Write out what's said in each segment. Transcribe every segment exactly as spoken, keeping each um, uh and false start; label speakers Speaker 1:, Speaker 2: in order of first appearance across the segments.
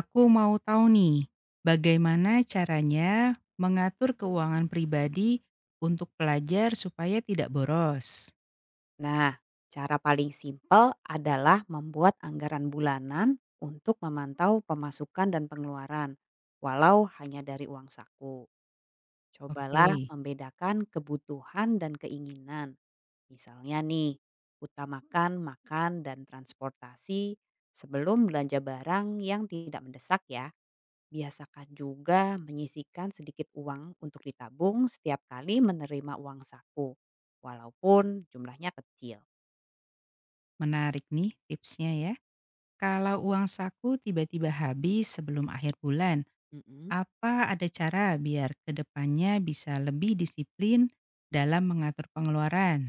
Speaker 1: Aku mau tahu nih, bagaimana caranya mengatur keuangan pribadi untuk pelajar supaya tidak boros?
Speaker 2: Nah, cara paling simpel adalah membuat anggaran bulanan untuk memantau pemasukan dan pengeluaran, walau hanya dari uang saku. Cobalah
Speaker 1: Oke,
Speaker 2: membedakan kebutuhan dan keinginan. Misalnya nih, utamakan makan dan transportasi sebelum belanja barang yang tidak mendesak ya. Biasakan juga menyisihkan sedikit uang untuk ditabung setiap kali menerima uang saku, walaupun jumlahnya kecil.
Speaker 1: menarik nih tipsnya ya. Kalau uang saku tiba-tiba habis sebelum akhir bulan,
Speaker 2: Mm-mm.
Speaker 1: apa ada cara biar kedepannya bisa lebih disiplin dalam mengatur pengeluaran?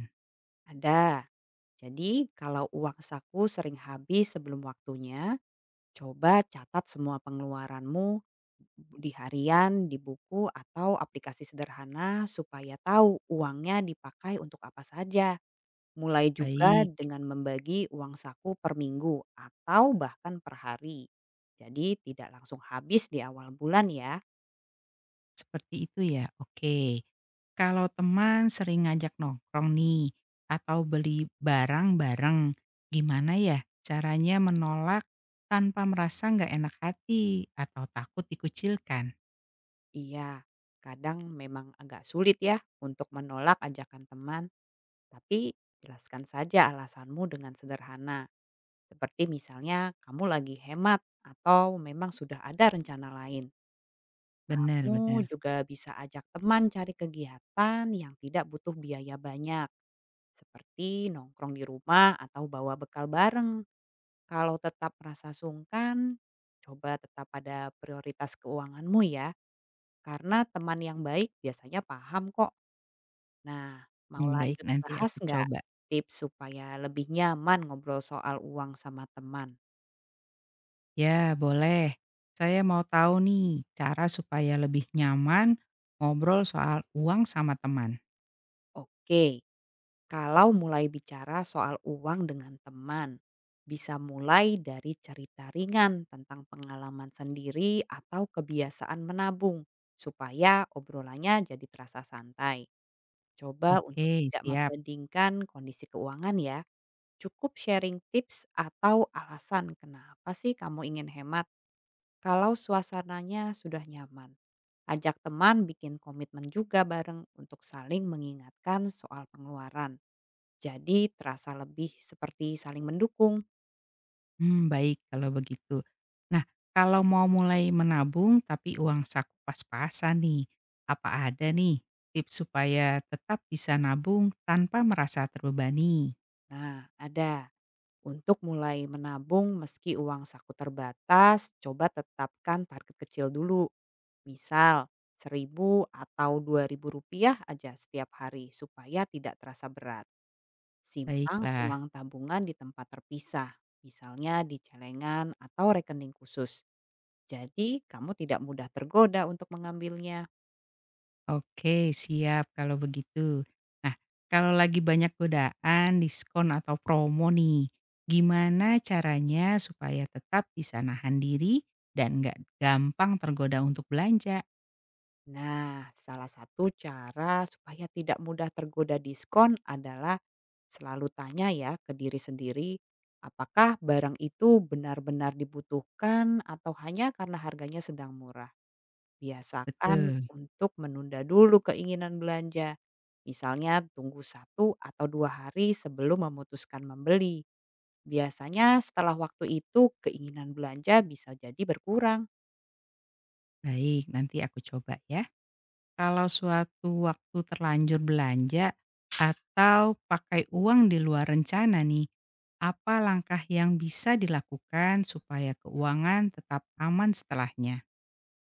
Speaker 2: Ada. Jadi kalau uang saku sering habis sebelum waktunya, coba catat semua pengeluaranmu di harian, di buku, atau aplikasi sederhana supaya tahu uangnya dipakai untuk apa saja. Mulai juga
Speaker 1: Baik.
Speaker 2: dengan membagi uang saku per minggu atau bahkan per hari. Jadi tidak langsung habis di awal bulan ya.
Speaker 1: Seperti itu ya, oke. Kalau teman sering ngajak nongkrong nih, atau beli barang bareng, gimana ya caranya menolak tanpa merasa nggak enak hati atau takut dikucilkan?
Speaker 2: Iya, kadang memang agak sulit ya untuk menolak ajakan teman. Tapi jelaskan saja alasanmu dengan sederhana, seperti misalnya kamu lagi hemat atau memang sudah ada rencana lain.
Speaker 1: Benar
Speaker 2: Kamu
Speaker 1: benar.
Speaker 2: juga bisa ajak teman cari kegiatan yang tidak butuh biaya banyak, seperti nongkrong di rumah atau bawa bekal bareng. Kalau tetap merasa sungkan, coba tetap pada prioritas keuanganmu ya, karena teman yang baik biasanya paham kok. Nah, mau
Speaker 1: Mmm, baik
Speaker 2: lanjut
Speaker 1: nanti
Speaker 2: bahas
Speaker 1: aku
Speaker 2: nggak
Speaker 1: coba.
Speaker 2: tips supaya lebih nyaman ngobrol soal uang sama teman?
Speaker 1: Ya boleh, saya mau tahu nih cara supaya lebih nyaman ngobrol soal uang sama teman.
Speaker 2: Oke, kalau mulai bicara soal uang dengan teman, bisa mulai dari cerita ringan tentang pengalaman sendiri atau kebiasaan menabung, supaya obrolannya jadi terasa santai. Coba untuk
Speaker 1: Oke,
Speaker 2: tidak
Speaker 1: siap.
Speaker 2: membandingkan kondisi keuangan ya, cukup sharing tips atau alasan kenapa sih kamu ingin hemat. Kalau suasananya sudah nyaman, ajak teman bikin komitmen juga bareng untuk saling mengingatkan soal pengeluaran. Jadi terasa lebih seperti saling mendukung.
Speaker 1: Hmm, baik kalau begitu. Nah, kalau mau mulai menabung tapi uang saku pas-pasan nih, apa ada nih tips supaya tetap bisa nabung tanpa merasa terbebani?
Speaker 2: Nah, ada untuk mulai menabung meski uang saku terbatas, coba tetapkan target kecil dulu. Misal seribu atau dua ribu rupiah aja setiap hari supaya tidak terasa berat. Simpan
Speaker 1: Baiklah,
Speaker 2: uang tabungan di tempat terpisah, misalnya di celengan atau rekening khusus. Jadi, kamu tidak mudah tergoda untuk mengambilnya.
Speaker 1: oke siap kalau begitu. Nah, kalau lagi banyak godaan, diskon atau promo nih, gimana caranya supaya tetap bisa nahan diri dan nggak gampang tergoda untuk belanja?
Speaker 2: Nah, salah satu cara supaya tidak mudah tergoda diskon adalah selalu tanya ya ke diri sendiri, apakah barang itu benar-benar dibutuhkan atau hanya karena harganya sedang murah. Biasakan
Speaker 1: Betul,
Speaker 2: untuk menunda dulu keinginan belanja. Misalnya tunggu satu atau dua hari sebelum memutuskan membeli. Biasanya setelah waktu itu keinginan belanja bisa jadi berkurang.
Speaker 1: baik nanti aku coba ya. Kalau suatu waktu terlanjur belanja atau pakai uang di luar rencana nih, apa langkah yang bisa dilakukan supaya keuangan tetap aman setelahnya?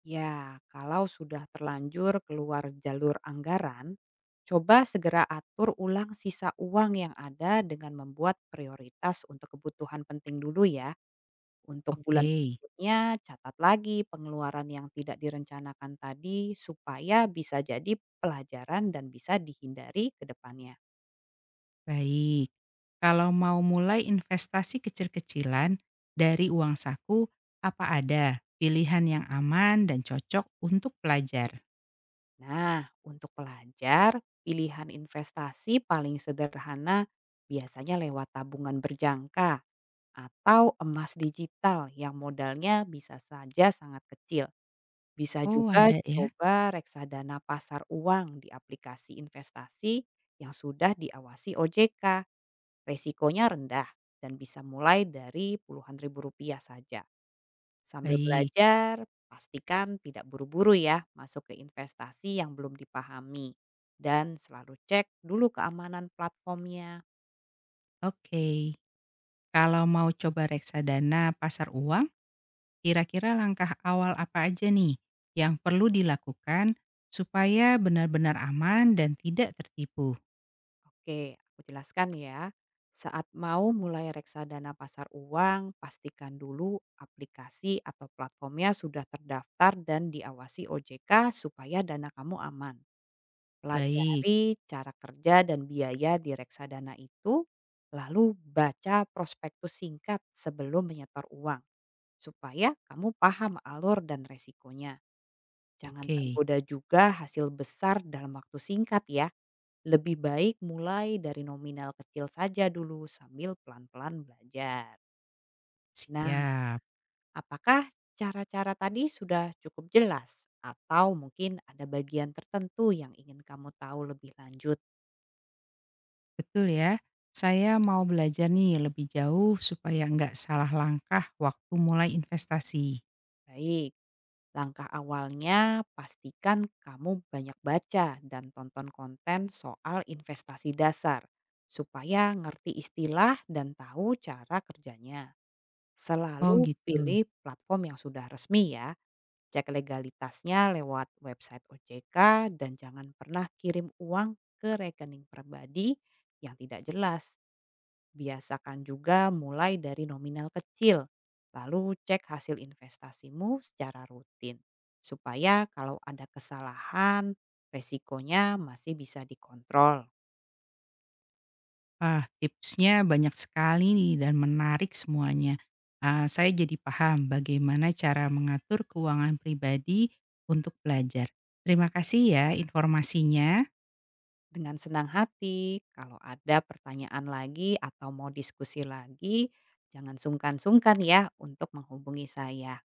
Speaker 2: Ya, kalau sudah terlanjur keluar jalur anggaran, coba segera atur ulang sisa uang yang ada dengan membuat prioritas untuk kebutuhan penting dulu ya. Untuk bulan
Speaker 1: Oke,
Speaker 2: berikutnya catat lagi pengeluaran yang tidak direncanakan tadi supaya bisa jadi pelajaran dan bisa dihindari ke depannya.
Speaker 1: baik. Kalau mau mulai investasi kecil-kecilan dari uang saku, apa ada pilihan yang aman dan cocok untuk pelajar?
Speaker 2: Nah, untuk pelajar, pilihan investasi paling sederhana biasanya lewat tabungan berjangka atau emas digital yang modalnya bisa saja sangat kecil. Bisa
Speaker 1: Oh,
Speaker 2: juga
Speaker 1: ada ya.
Speaker 2: coba reksadana pasar uang di aplikasi investasi yang sudah diawasi O J K. Resikonya rendah dan bisa mulai dari puluhan ribu rupiah saja. Sambil
Speaker 1: Baik.
Speaker 2: belajar, pastikan tidak buru-buru ya masuk ke investasi yang belum dipahami. Dan selalu cek dulu keamanan platformnya.
Speaker 1: Oke. Kalau mau coba reksadana pasar uang, kira-kira langkah awal apa aja nih yang perlu dilakukan supaya benar-benar aman dan tidak tertipu?
Speaker 2: Oke, aku jelaskan ya. Saat mau mulai reksadana pasar uang, pastikan dulu aplikasi atau platformnya sudah terdaftar dan diawasi O J K supaya dana kamu aman.
Speaker 1: Baik,
Speaker 2: Pelajari cara kerja dan biaya di reksadana itu, lalu baca prospektus singkat sebelum menyetor uang supaya kamu paham alur dan resikonya. Jangan
Speaker 1: oke,
Speaker 2: tergoda juga hasil besar dalam waktu singkat ya. Lebih baik mulai dari nominal kecil saja dulu sambil pelan-pelan belajar. Nah,
Speaker 1: siap.
Speaker 2: apakah cara-cara tadi sudah cukup jelas? Atau mungkin ada bagian tertentu yang ingin kamu tahu lebih lanjut?
Speaker 1: Betul ya, saya mau belajar nih lebih jauh supaya nggak salah langkah waktu mulai investasi.
Speaker 2: Baik. Langkah awalnya, pastikan kamu banyak baca dan tonton konten soal investasi dasar, supaya ngerti istilah dan tahu cara kerjanya.
Speaker 1: Oh
Speaker 2: Selalu
Speaker 1: gitu.
Speaker 2: pilih platform yang sudah resmi ya, cek legalitasnya lewat website O J K, dan jangan pernah kirim uang ke rekening pribadi yang tidak jelas. Biasakan juga mulai dari nominal kecil, lalu cek hasil investasimu secara rutin, supaya kalau ada kesalahan, resikonya masih bisa dikontrol.
Speaker 1: Ah, tipsnya banyak sekali nih dan menarik semuanya. Ah, saya jadi paham bagaimana cara mengatur keuangan pribadi untuk belajar. Terima kasih ya informasinya.
Speaker 2: Dengan senang hati, kalau ada pertanyaan lagi atau mau diskusi lagi, jangan sungkan-sungkan ya untuk menghubungi saya.